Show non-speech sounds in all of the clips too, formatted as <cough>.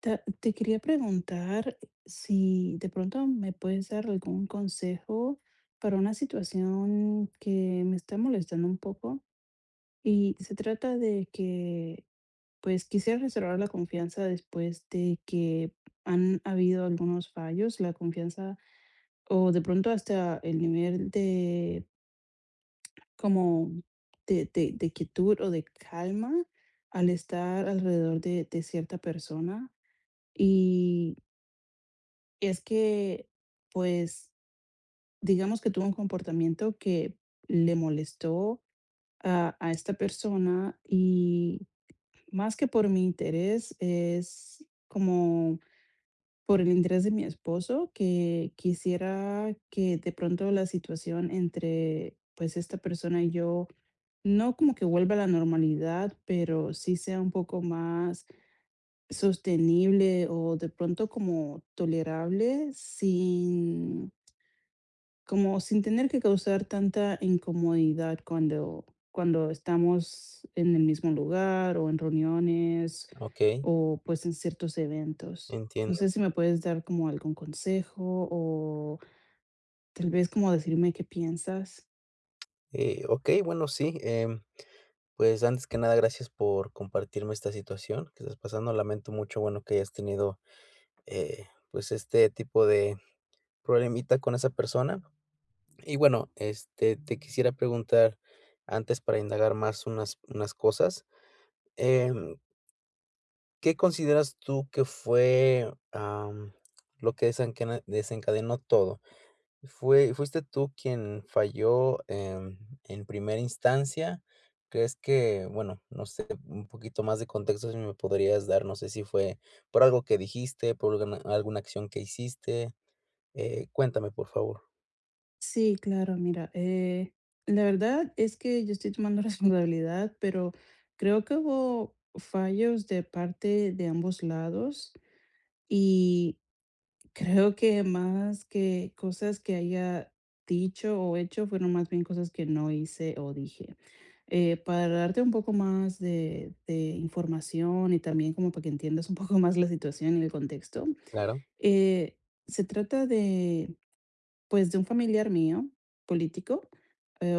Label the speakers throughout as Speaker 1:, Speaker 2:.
Speaker 1: Ta te quería preguntar si de pronto me puedes dar algún consejo para una situación que me está molestando un poco, y se trata de que, pues, quisiera restaurar la confianza después de que han habido algunos fallos, la confianza o de pronto hasta el nivel de como de quietud o de calma al estar alrededor de cierta persona, y es que, pues, digamos que tuvo un comportamiento que le molestó a esta persona. Y más que por mi interés, es como por el interés de mi esposo, que quisiera que de pronto la situación entre, pues, esta persona y yo, no como que vuelva a la normalidad, pero sí sea un poco más sostenible o de pronto como tolerable sin, como sin tener que causar tanta incomodidad cuando cuando estamos en el mismo lugar, o en reuniones,
Speaker 2: Okey,
Speaker 1: o, pues, en ciertos eventos. No
Speaker 2: entiendo.
Speaker 1: sé si me puedes dar como algún consejo, o tal vez como decirme qué piensas.
Speaker 2: Bueno, sí, pues, antes que nada, gracias por compartirme esta situación que estás pasando. Lamento mucho, bueno, que hayas tenido, pues, este tipo de problemita con esa persona. Y bueno, este, te quisiera preguntar, antes para indagar más unas cosas, em, ¿qué consideras tú que fue, lo que desencana desencadenó todo? ¿Fue fuiste tú quien falló, en primera instancia? ¿Crees que? Bueno, no sé, un poquito más de contexto si me podrías dar, no sé si fue por algo que dijiste, por alguna acción que hiciste, cuéntame, por favor.
Speaker 1: Sí, claro, mira, la verdad es que yo estoy tomando <laughs> responsabilidad, pero creo que hubo fallos de parte de ambos lados. Y creo que más que cosas que haya dicho o hecho, fueron más bien cosas que no hice o dije. Para darte un poco más de información y también como para que entiendas un poco <laughs> más la situación y el contexto,
Speaker 2: Claro,
Speaker 1: eh, se trata de, pues, de un familiar mío, político. eh,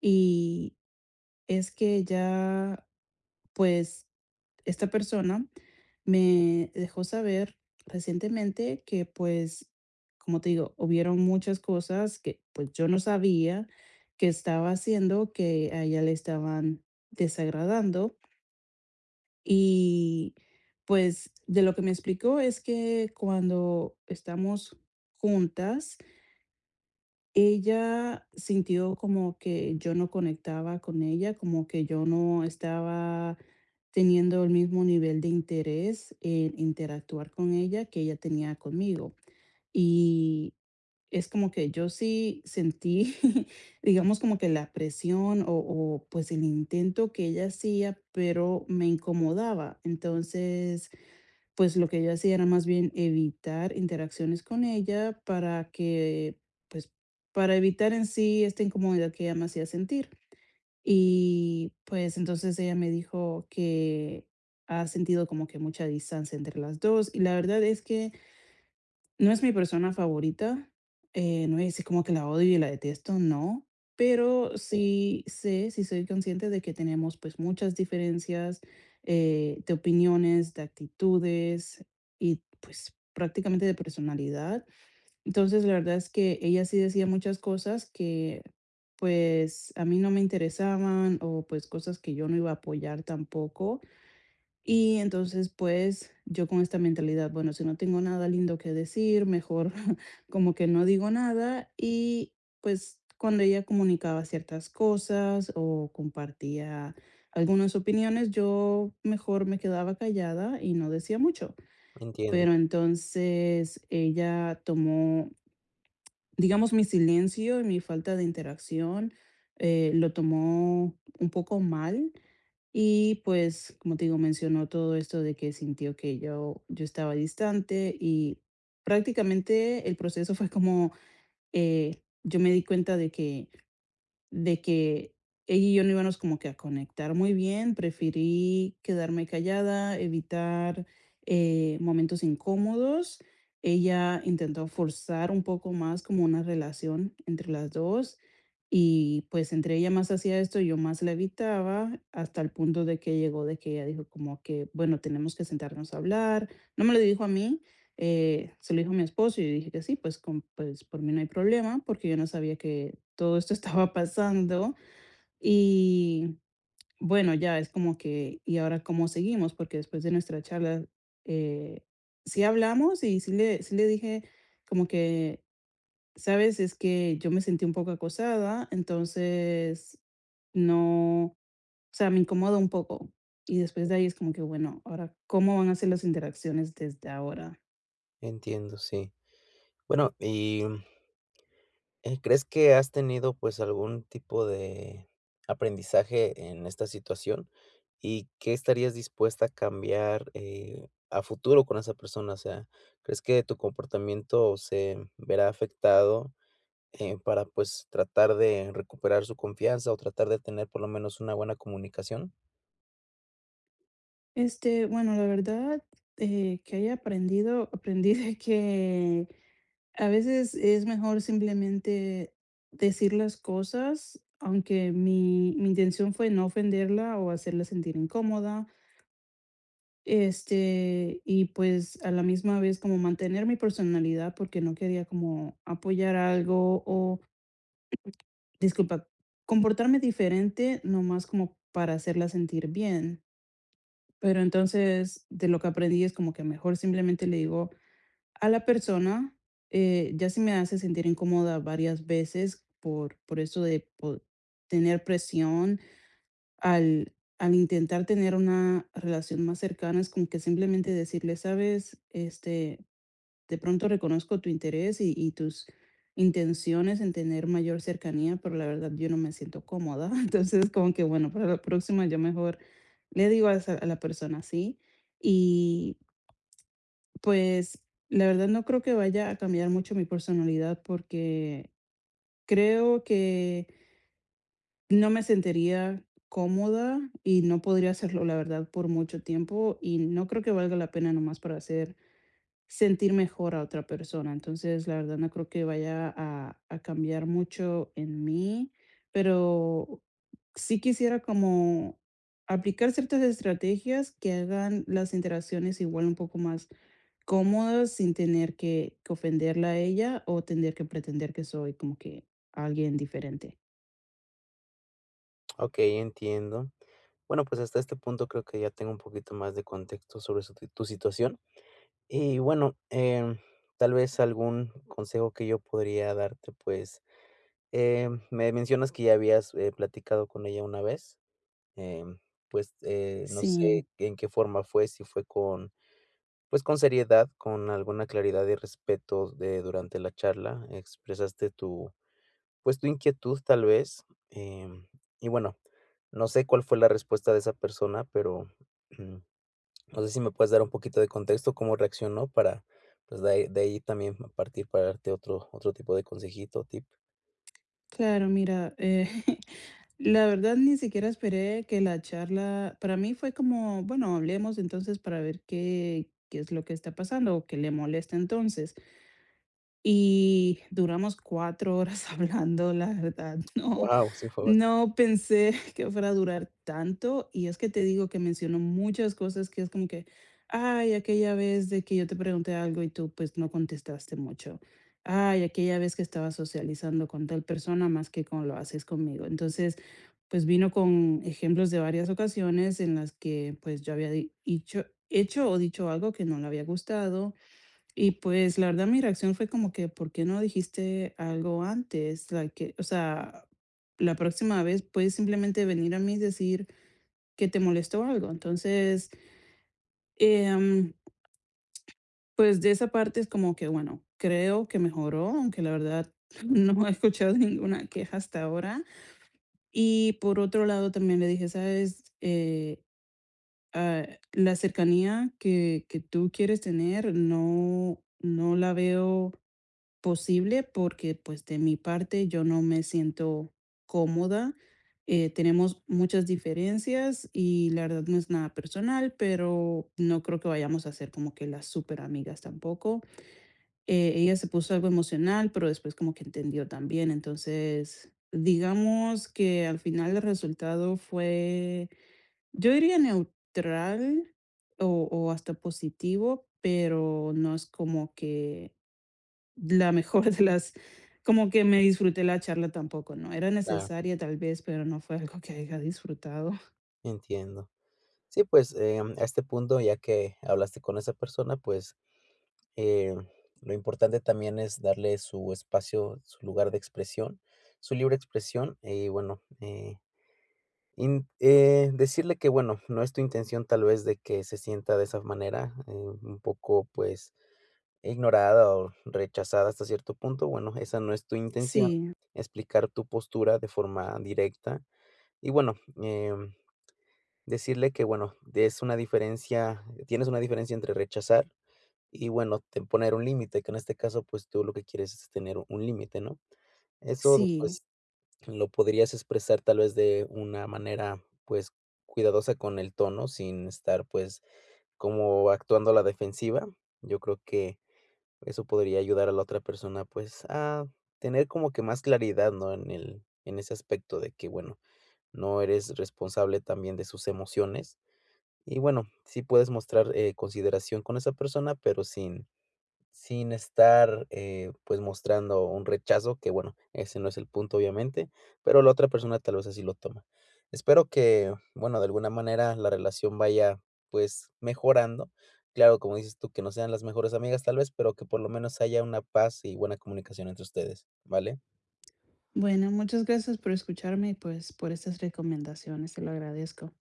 Speaker 1: y es que ya, pues, esta persona me dejó saber recientemente que, pues, como te digo, hubieron muchas cosas que, pues, yo no sabía que estaba haciendo, que a ella le estaban desagradando. Y, pues, de lo que me explicó es que cuando estamos juntas, ella sintió como que yo no conectaba con ella, como que yo no estaba teniendo el mismo nivel de interés en interactuar con ella que ella tenía conmigo. Y es como que yo sí sentí, <laughs> digamos, como que la presión o pues el intento que ella hacía, pero me incomodaba. Entonces, pues, lo que ella hacía era más bien evitar interacciones con ella para que, pues, para evitar en sí esta incomodidad que ella me hacía sentir. Y, pues, entonces ella me dijo que ha sentido como que mucha distancia entre las dos, y la verdad es que no es mi persona favorita. No voy a decir como que la odio y la detesto, no, pero sí sé, sí soy consciente de que tenemos pues muchas diferencias de opiniones, de actitudes y pues prácticamente de personalidad. Entonces la verdad es que ella sí decía muchas cosas que pues a mí no me interesaban o pues cosas que yo no iba a apoyar tampoco. Y entonces, pues, yo con esta mentalidad, bueno, si no tengo nada lindo que decir, mejor <laughs> como que no digo nada. Y pues cuando ella comunicaba ciertas cosas o compartía algunas opiniones, yo mejor me quedaba callada y no decía mucho.
Speaker 2: entiendo,
Speaker 1: Pero entonces ella tomó, digamos, mi silencio y mi falta de interacción, lo tomó un poco mal. Y pues, como te digo, mencionó todo esto de que sintió que yo estaba distante. Y prácticamente el proceso fue como, yo me di cuenta de que de que ella y yo no íbamos como que a conectar muy bien, preferí quedarme callada, evitar, momentos incómodos. Ella intentó forzar un poco más como una relación entre las dos, y pues entre ella más hacía esto, yo más la evitaba, hasta el punto de que llegó de que ella dijo como que: "Bueno, tenemos que sentarnos a hablar". No me lo dijo a mí, se lo dijo mi esposo y yo dije que sí, pues, con pues, por mí no hay problema, porque yo no sabía que todo esto <laughs> estaba pasando. Y bueno, ya es como que, ¿y ahora cómo seguimos? Porque después de nuestra charla, eh, sí hablamos y sí le dije como que, ¿sabes? Es que yo me sentí un poco acosada, entonces no, o sea, me incomoda un poco. Y después de ahí es como que, bueno, ahora, ¿cómo van a ser las interacciones desde ahora?
Speaker 2: entiendo, sí. Bueno, y ¿crees que has tenido, pues, algún tipo de aprendizaje en esta situación? ¿Y qué estarías dispuesta a cambiar, a futuro con esa persona? O sea, ¿crees que tu comportamiento se verá afectado, para, pues, tratar de recuperar su confianza o tratar de tener por lo menos una buena comunicación?
Speaker 1: Este, bueno, la verdad, que haya aprendido, aprendí <laughs> de que a veces es mejor simplemente decir las cosas, aunque mi intención fue no ofenderla o hacerla sentir incómoda. Este, y pues a la misma vez como mantener mi personalidad porque no quería como apoyar algo o, disculpa, comportarme diferente, nomás como para hacerla sentir bien. Pero entonces, de lo que aprendí es como que mejor simplemente le digo a la persona, ya si me hace sentir incómoda varias veces por eso de tener presión al, al intentar tener una relación más cercana, es como que simplemente decirle, sabes, este, de pronto reconozco tu interés y tus intenciones en tener mayor cercanía, pero la verdad yo no me siento cómoda. <laughs> Entonces, como que bueno, para la próxima yo mejor le digo a, a la persona así. Y pues la verdad no creo que vaya a cambiar mucho mi personalidad porque creo que no me sentiría cómoda y no podría hacerlo, la verdad, por mucho tiempo. Y no creo que valga la pena nomás para hacer sentir mejor a otra persona. Entonces, la verdad no creo que vaya a cambiar mucho en mí, pero sí quisiera como aplicar ciertas estrategias que hagan las interacciones igual un poco más cómodas sin tener que ofenderla a ella o tener que pretender que soy como que alguien diferente.
Speaker 2: Okey, entiendo. Bueno, pues, hasta este punto creo que ya tengo un poquito más de contexto sobre su tu situación. Y bueno, tal vez algún consejo que yo podría darte, pues, me mencionas que ya habías, platicado con ella una vez, em, pues, no sé
Speaker 1: Sí,
Speaker 2: en qué forma fue, si fue con, pues, con seriedad, con alguna claridad y respeto de durante la charla, expresaste tu, pues, tu inquietud tal vez, em, y bueno, no sé cuál fue la respuesta de esa persona, pero <clears throat> no sé si me puedes dar un poquito de contexto, cómo reaccionó para, pues, de ahí también partir para darte otro tipo de consejito, tip.
Speaker 1: claro, mira, <laughs> la verdad, ni siquiera esperé que la charla, para mí fue como, bueno, hablemos entonces para ver qué es lo que está pasando o qué le molesta entonces. Y duramos 4 horas <laughs> hablando, la verdad,
Speaker 2: Wow, sí fue bas
Speaker 1: no pensé <laughs> que fuera a durar tanto. Y es que te digo que mencionó muchas cosas que es como que: "Ay, aquella vez de que yo te pregunté algo y tú, pues, no contestaste mucho. Ay, aquella vez que estaba socializando con tal persona más que con lo haces conmigo". Entonces, pues, vino con ejemplos de varias ocasiones en las que, pues, yo había di dicho hecho o dicho algo que no le había gustado. Y pues, la verdad, mi reacción fue como que, ¿por qué no dijiste algo antes? Like que, o sea, la próxima vez puedes simplemente venir a mí y decir que te molestó algo. Entonces, em, pues de esa parte es como que, bueno, creo que mejoró, aunque la verdad <laughs> no he escuchado ninguna queja hasta ahora. Y por otro lado, también le dije, ¿sabes? Ah, la cercanía que tú quieres tener, no la veo posible porque, pues, de mi parte yo no me siento cómoda. Tenemos muchas diferencias y la verdad no es nada personal, pero no creo que vayamos a ser como que las súper amigas tampoco. Ella se puso algo emocional, pero después como que entendió también. Entonces, digamos que al final el resultado fue, yo diría neutral o hasta positivo, pero no es como que la mejor de las, como que me disfruté la charla tampoco, ¿no? Era
Speaker 2: claro,
Speaker 1: necesaria tal vez, pero no fue algo que haya disfrutado.
Speaker 2: entiendo. Sí, pues, a este punto, ya que hablaste con esa persona, pues, eh, lo importante también es darle su espacio, su lugar de expresión, su libre expresión, y bueno, in decirle que, bueno, no es tu intención tal vez de que se sienta de esa manera, un poco, pues, ignorada o rechazada hasta cierto punto, bueno, esa no es tu intención,
Speaker 1: Sí,
Speaker 2: explicar tu postura de forma directa y bueno, em, decirle que bueno, es una diferencia, tienes una diferencia entre rechazar y bueno, te poner un límite, que en este caso, pues tú lo que quieres es tener un límite, ¿no? Eso,
Speaker 1: sí.
Speaker 2: pues, lo podrías expresar tal vez de una manera, pues, cuidadosa con el tono, sin estar, pues, como actuando a la defensiva. Yo creo que eso podría ayudar a la otra persona, pues, a tener como que más claridad, ¿no? En el en ese aspecto de que, bueno, no eres responsable también de sus emociones. Y bueno, sí puedes mostrar, consideración con esa persona, pero sin estar, pues, mostrando un rechazo, que bueno, ese no es el punto, obviamente, pero la otra persona tal vez así lo toma. Espero que, bueno, de alguna manera la relación vaya, pues, mejorando. Claro, como dices tú, que no sean las mejores amigas tal vez, pero que por lo menos haya una paz y buena comunicación entre ustedes, ¿vale?
Speaker 1: Bueno, muchas gracias por escucharme y, pues, por estas recomendaciones, te lo agradezco.